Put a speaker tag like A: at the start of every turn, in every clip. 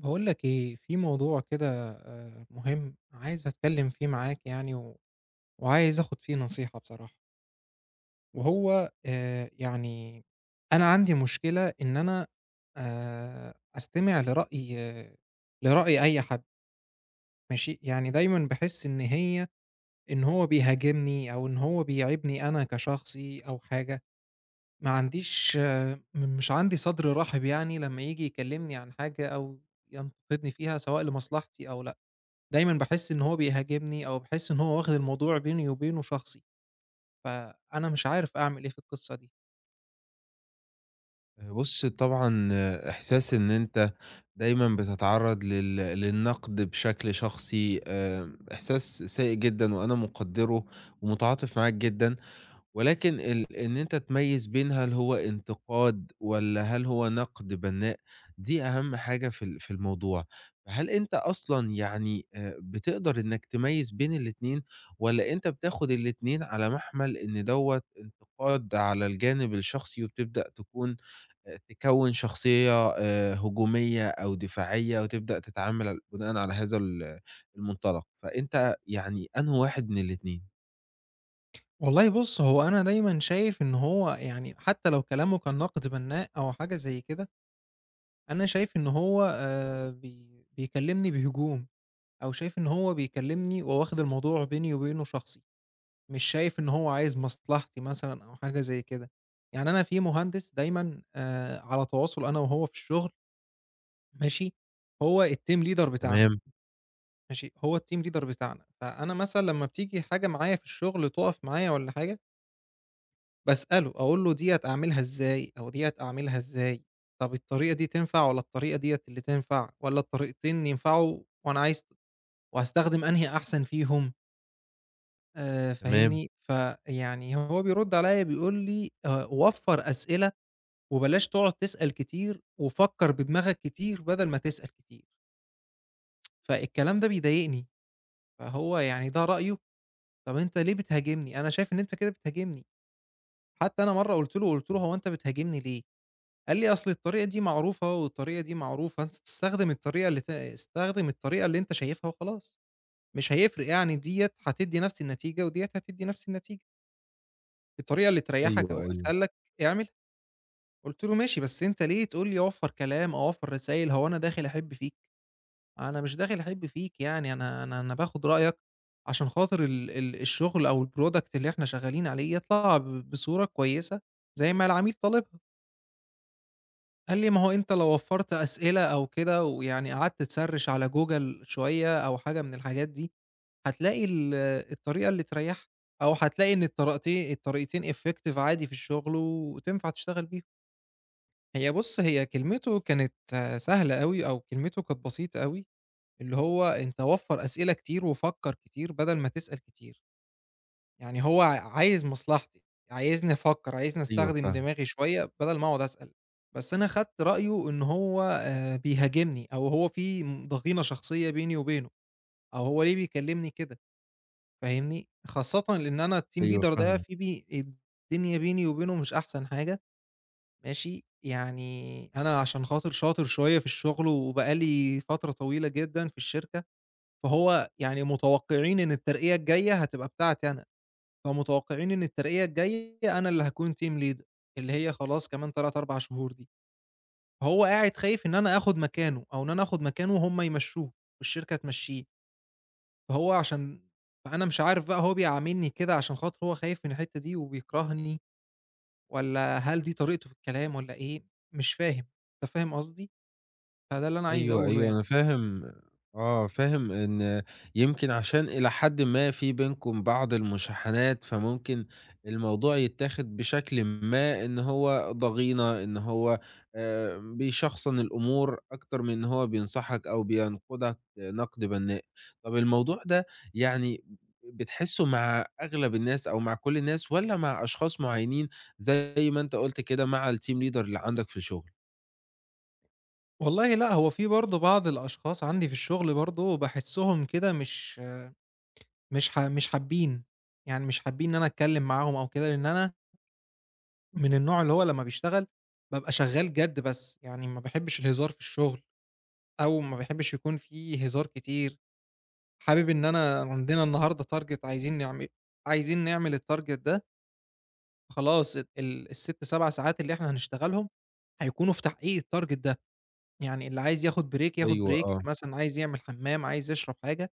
A: باقول لك إيه، في موضوع كده مهم، عايز أتكلّم فيه معاك يعني و وعايز آخُد فيه نصيحة بصراحة، وهو يعني أنا عندي مشكلة إن أنا أستمع لرأي لرأي أي حد ماشي، يعني دايمًا باحس إن هو بيهاجمني أو إن هو بيعيبني أنا كشخصي أو حاجة، ما عنديش مش عندي صدر رحب يعني لمّا ييجي يكلّمني عن حاجة أو ينتقدني فيها سواء لمصلحتي أو دايمًا باحس إن هو بيهاجمني أو باحس إن هو واخد الموضوع بيني وبينه شخصي، فأنا مش عارف أعمل إيه في القصة دي.
B: بُص، طبعًا. إحساس إن أنت دايمًا بتتعرّض للنقد بشكل شخصي، إحساس سيء جدًا، وأنا مقدّره ومتعاطف معاك جدًا. ولكن إن أنت تميّز بين هل هو انتقاد والّا هل هو نقد بنّاء، دي أهم حاجة في الموضوع. فهل أنت أصلًا يعني، بتقدر إنك تميّز بين الاتنين، والّا أنت بتاخد الاتنين على مَحمَل إن دوّة انتقاد على الجانب الشخصي، وبتبدأ تكون تكوّن شخصية هجومية أو دفاعية، وتبدأ تتعامل بناءً على هذا المنطلق، فأنت يعني أنهي واحد من الاتنين؟
A: والله بُص، هو أنا دايمًا شايف إن هو يعني حتى لو كلامه كان نقد بنّاء أو حاجة زي كده، أنا شايف إن هو بي بيكلمني بهجوم أو شايف إن هو بيكلمني وهو واخد الموضوع بيني وبينه شخصي، مش شايف إن هو عايز مصلحتي مثلًا أو حاجة زي كده. يعني أنا في مهندس دايمًا على تواصل أنا وهو في الشغل ماشي، هو الteam leader بتاعنا.
B: تمام،
A: ماشي، هو الteam leader بتاعنا، فأنا مثلًا لمّا بتيجي حاجة معايا في الشغل تُقف معايا والّا حاجة، باسأله أقول له ديّة أعملها إزاي، أو ديّة أعملها إزاي، طَب الطريقة دي تنفع والّا الطريقة ديّة اللي تنفع، والّا الطريقتين ينفعوا وأنا عايز وهاستخدم أنهي أحسن فيهم،
B: تمام.
A: فاهمني؟ فيعني هو بيرد عليَّ بيقول لي وفّر أسئلة وبلاش تقعد تسأل كتير، وفكّر بدماغك كتير بدل ما تسأل كتير، فالكلام ده بيضايقني، فهو يعني ده رأيه. طب أنت ليه بتهاجمني؟ أنا شايف إن أنت كده بتهاجمني. حتى أنا مرّة قُلت له، قُلت له:
B: إمم.
A: "هو أنت بتهاجمني ليه؟" قال لي: "أصل الطريقة دي معروفة والطريقة دي معروفة، أنت تستخدم الطريقة اللي استخدم الطريقة اللي أنت شايفها وخلاص، مش هيفرق يعني ديّة هتدّي نفس النتيجة وديّة هتدّي نفس النتيجة، الطريقة اللي تريّحك
B: أيوه،
A: أو
B: أيوه.
A: أسهل لك اعملها." قُلت له: "ماشي، بس أنت ليه تقول لي أوفّر كلام أو أوفّر رسايل، هو أنا داخل أحِب فيك؟" أنا مش داخل أحِب فيك يعني، أنا باخُد رأيك عشان خاطر ال ال الشغل أو الproduct اللي إحنا شغّالين عليه يطلع بصورة كويسة زي ما العميل طالبها. قال لي: "ما هو أنت لو وفّرت أسئلة أو كده ويعني قعدت تسرِّش على Google شوية أو حاجة من الحاجات دي، هتلاقي الطريقة اللي تريّحها أو هتلاقي إن الطريقتين effective عادي في الشغل وتنفع تشتغل بيهم." هي بُص، هي كلمته كانت سهلة أوي أو كلمته كانت بسيطة أوي اللي هو أنت وفّر أسئلة كتير وفكّر كتير بدل ما تسأل كتير، يعني هو عايز مصلحتي، عايزني أفكّر، عايزني
B: أيوه
A: أستخدم
B: فاهمك.
A: دماغي شوية بدل ما أقعد أسأل، بس أنا خدت رأيه إن هو بيهاجمني أو هو في ضغينة شخصية بيني وبينه أو هو ليه بيكلمني كده، فاهمني؟ خاصةً لإن أنا الteam
B: أيوه
A: leader ده
B: فاهمك.
A: في الدنيا بيني وبينه مش أحسن حاجة، ماشي؟ يعني أنا عشان خاطر شاطر شوية في الشغل وبقى لي فترة طويلة جدًا في الشركة، فهو يعني متوقعين إن الترقية الجاية هتبقى بتاعتي أنا، فمتوقعين إن الترقية الجاية أنا اللي هاكون team leader اللي هي خلاص كمان 3، 4 شهور دي، فهو قاعد خايف إن أنا آخد مكانه أو إن أنا آخد مكانه وهُم يمشّوه والشركة تمشّيه، فهو عشان فأنا مش عارف بقى هو بيعاملني كده عشان خاطر هو خايف من الحتّة دي وبيكرهني والّا هل دي طريقته في الكلام والّا إيه، مش فاهم، أنت فاهم قصدي؟ فده اللي أنا عايز
B: أيوه،
A: أقوله
B: أيوه،
A: يعني.
B: أنا فاهم إن يمكن عشان إلى حدٍ ما في بينكم بعض المشاحنات، فممكن الموضوع يتاخد بشكلٍ ما إن هو ضغينة، إن هو بيشخصن الأمور أكتر من إن هو بينصحك أو بينقدك نقد بنّاء. طب الموضوع ده، يعني، بتحسه مع أغلب الناس أو مع كل الناس، والّا مع أشخاص معينين زي ما أنت قُلت كده مع الteam leader اللي عندك في الشغل؟
A: والله لأ، هو في برضه بعض الأشخاص عندي في الشغل برضه باحسّهم كده مش حابين، يعني مش حابين إن أنا أتكلّم معاهم أو كده، لإن أنا من النوع اللي هو لمّا بيشتغل بابقى شغّال جَد بس، يعني ما باحبش الهزار في الشغل أو ما باحبش يكون في هزار كتير، حابب إن أنا عندنا النهارده target عايزين عايزين نعمل الtarget ده، خلاص ال ال ال6، 7 ساعات اللي إحنا هنشتغلهم هيكونوا في تحقيق الtarget ده، يعني اللي عايز ياخد break ياخد
B: أيوه،
A: break،
B: آه.
A: مثلًا عايز يعمل حمّام، عايز يشرب حاجة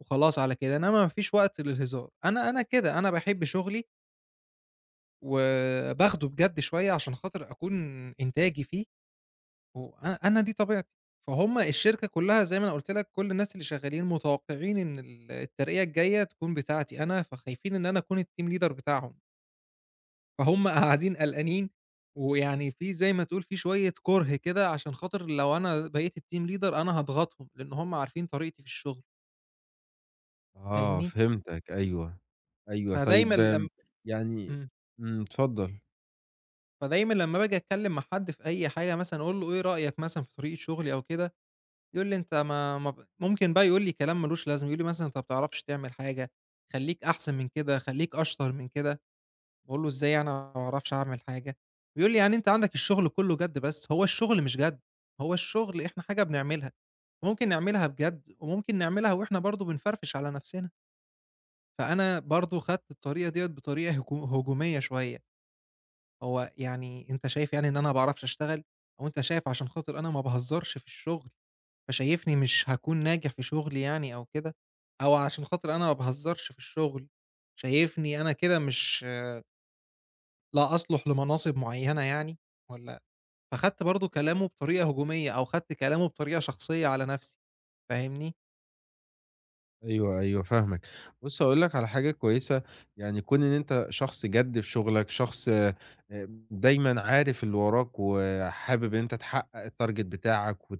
A: وخلاص على كده، إنما ما فيش وقت للهزار، أنا أنا كده، أنا باحب شغلي وباخده بجد شوية عشان خاطر أكون إنتاجي فيه، وأنا أنا دي طبيعتي، فهُم الشركة كلّها زي ما أنا قُلت لك كل الناس اللي شغّالين متوقعين إن الترقية الجاية تكون بتاعتي أنا، فخايفين إن أنا أكون الteam leader بتاعهم، فهُم قاعدين قلقانين، ويعني في زي ما تقول في شوية كُره كده عشان خاطر لو أنا بقيت الteam leader أنا هاضغطهم، لإن هُم عارفين طريقتي في الشغل،
B: آه،
A: فاهمني؟
B: فهمتك، أيوه. أيوه.
A: فدايمًا
B: طيب،
A: لم
B: يعني،
A: إمم،
B: اتفضل.
A: فدايمًا لمّا باجي أتكلّم مع حد في أي حاجة مثلًا أقول له إيه رأيك مثلًا في طريقة شغلي أو كده، يقول لي: "أنت ما ما ب" ممكن بقى يقول لي كلام ما لوش لازمة، يقول لي مثلًا: "أنت ما بتعرفش تعمل حاجة، خلّيك أحسن من كده، خلّيك أشطر من كده." باقول له: "إزاي يعني أنا ما باعرفش أعمل حاجة؟" بيقول لي: "يعني أنت عندك الشغل كلّه جَد بس." هو الشغل مش جَد، هو الشغل إحنا حاجة بنعملها، ممكن نعملها بجد وممكن نعملها وإحنا برضه بنفرفش على نفسنا، فأنا برضه خدت الطريقة ديّة بطريقة هجومية شوية، "هو يعني أنت شايف يعني إن أنا ما باعرفش أشتغل؟ أو أنت شايف عشان خاطر أنا ما باهزرش في الشغل فشايفني مش هاكون ناجح في شغلي يعني أو كده، أو علشان خاطر أنا ما باهزرش في الشغل، شايفني أنا كده مش لا أصلُح لمناصب معيّنة يعني والّا فخدت برضه كلامه بطريقة هجومية أو خدت كلامه بطريقة شخصية على نَفْسي، فاهمني؟
B: أيوه، أيوه فاهمك. بُص، هاقول لك على حاجة كويسة. يعني كون إن أنت شخص جَد في شغلك، شخص دايمًا عارف اللي وراك وحابب إن أنت تحقق الtarget بتاعك، وت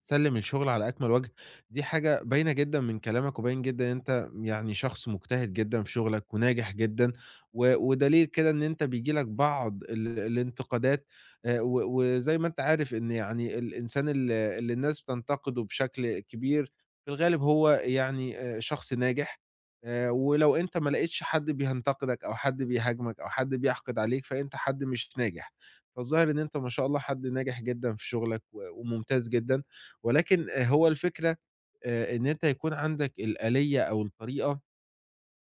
B: تسلِّم الشغل على أكمل وجه. دي حاجة باينة جدًا من كلامك، وباين جدًا إن أنت يعني شخص مجتهد جدًا في شغلك وناجح جدًا، و ودليل كده إن أنت بييجي لك بعض الانتقادات. و وزي ما أنت عارف إن يعني الإنسان اللي الناس بتنتقده بشكل كبير في الغالب هو يعني شخص ناجح. ولو أنت ما لقيتش حد بينتقدك أو حد بيهاجمك أو حد بيحقد عليك، فأنت حد مش ناجح. فالظاهر إن أنت، ما شاء الله، حد ناجح جدًا في شغلك و وممتاز جدًا، ولكن هو الفكرة إن أنت يكون عندك الآلية أو الطريقة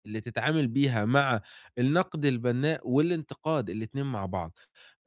B: اللي تتعامل بيها مع النقد البناء والانتقاد الاتنين مع بعض.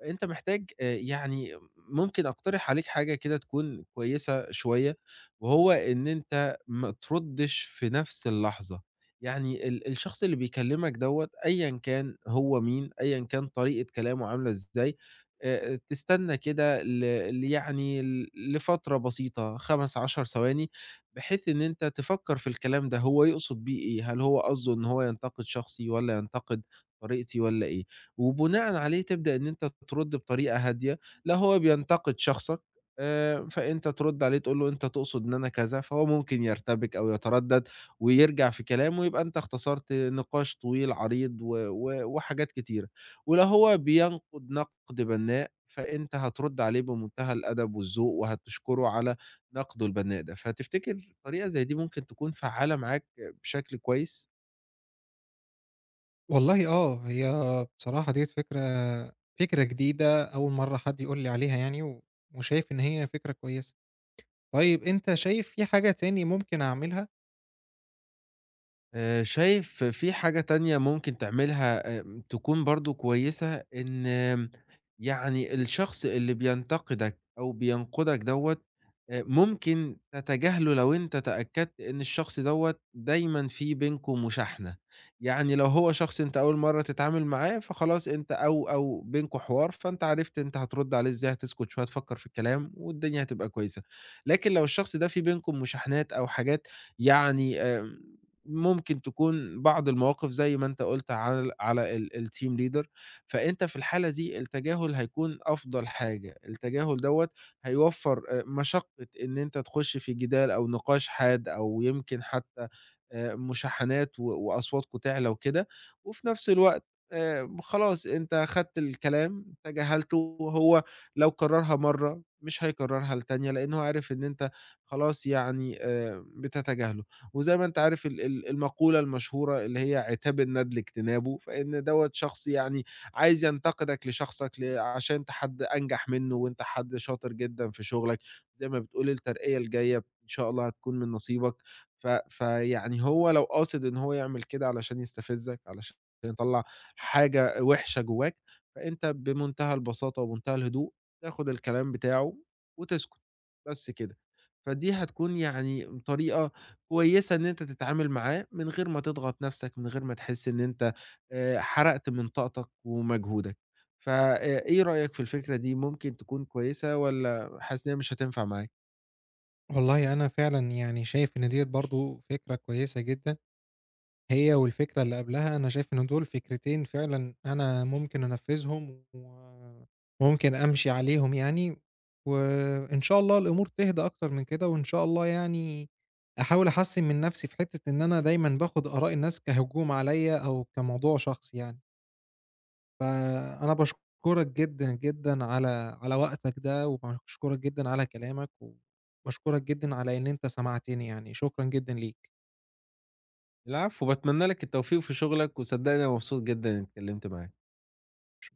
B: أنت محتاج يعني، ممكن أقترح عليك حاجة كده تكون كويسة شوية، وهو إن أنت ما تردّش في نفس اللحظة. يعني الشخص اللي بيكلمك دوّة، أيًا كان هو مين، أيًا كان طريقة كلامه عاملة إزاي، تستنى كده ل ل يعني لفترة بسيطة، 5، 10 ثواني، بحيث إن أنت تفكّر في الكلام ده هو يقصد بيه إيه، هل هو قصده إن هو ينتقد شخصي والّا ينتقد طريقتي والّا إيه، وبناءً عليه تبدأ إن أنت ترُد بطريقة هادية. لا هو بينتقد شخصك، فأنت ترُد عليه تقول له: أنت تقصد إن أنا كذا، فهو ممكن يرتبك أو يتردد ويرجع في كلامه، يبقى أنت اختصرت نقاش طويل عريض، و و وحاجات كتيرة. ولو هو بينقد نقد بناء، فأنت هترُد عليه بمنتهى الأدب والذوق وهتشكره على نقده البناء ده. فتفتكر طريقة زي دي ممكن تكون فعّالة معاك بشكل كويس؟
A: والله آه، هي بصراحة ديّة فكرة جديدة أول مرّة حد يقول لي عليها يعني وشايف إن هي فكرة كويسة. طيب أنت شايف في حاجة تاني ممكن أعملها؟
B: شايف في حاجة تانية ممكن تعملها تكون برضه كويسة، إن يعني الشخص اللي بينتقدك أو بينقدك دوّة ممكن تتجاهله لو أنت تأكدت إن الشخص دوّة دايمًا في بينكم مشاحنة. يعني لو هو شخص أنت أول مرّة تتعامل معاه فخلاص أنت، أو بينكم حوار، فأنت عرفت أنت هترد عليه إزاي، هتسكت شوية تفكّر في الكلام والدنيا هتبقى كويسة. لكن لو الشخص ده في بينكم مشاحنات أو حاجات، يعني ممكن تكون بعض المواقف زي ما أنت قُلت على الteam leader. فأنت في الحالة دي التجاهل هيكون أفضل حاجة، التجاهل دوّة هيوفّر مشقة إن أنت تخش في جدال أو نقاش حاد، أو يمكن حتى مشاحنات و وأصواتكم تعلى وكده، وفي نفس الوقت خلاص أنت خدت الكلام تجاهلته، وهو لو كررها مرّة مش هيكررها التانية، لأن هو عارف إن أنت خلاص يعني بتتجاهله. وزي ما أنت عارف ال ال المقولة المشهورة اللي هي: عتاب الندل اجتنابه. فإن دوّة شخص يعني عايز ينتقدك لشخصك، عشان أنت حد أنجح منه وأنت حد شاطر جدًا في شغلك، زي ما بتقول الترقية الجاية إن شاء الله هتكون من نصيبك. فيعني هو لو قاصد إن هو يعمل كده علشان يستفزّك، علشان يطلّع حاجة وِحشة جواك، فأنت بمنتهى البساطة ومنتهى الهدوء تاخد الكلام بتاعه وتسكت، بس كده. فدي هتكون يعني طريقة كويسة إن أنت تتعامل معاه من غير ما تضغط نَفْسك، من غير ما تحس إن أنت حرقت من طاقتك ومجهودك. إيه رأيك في الفكرة دي، ممكن تكون كويسة والّا حاسس إن هي مش هتنفع معاك؟
A: والله أنا فعلًا يعني شايف إن ديّة برضه فكرة كويسة جدًا. هي والفكرة اللي قبلها، أنا شايف إن دول فكرتين فعلًا أنا ممكن أنفّذهم وممكن أمشي عليهم يعني، وإن شاء الله الأمور تهدى أكتر من كده، وإن شاء الله يعني أحاول أحسّن من نَفْسي في حتّة إن أنا دايمًا باخُد آراء الناس كهجوم عليّا أو كموضوع شخصي يعني. فأنا باشكرك جدًا، جدًا على وقتك ده، وباشكرك جدًا على كلامك، وباشكرك جدًا على إن أنت سمعتني يعني، شكرًا جدًا ليك.
B: العفو، باتمنى لك التوفيق في شغلك وصدّقني أنا مبسوط جدًا إنّي اتكلّمت معاك.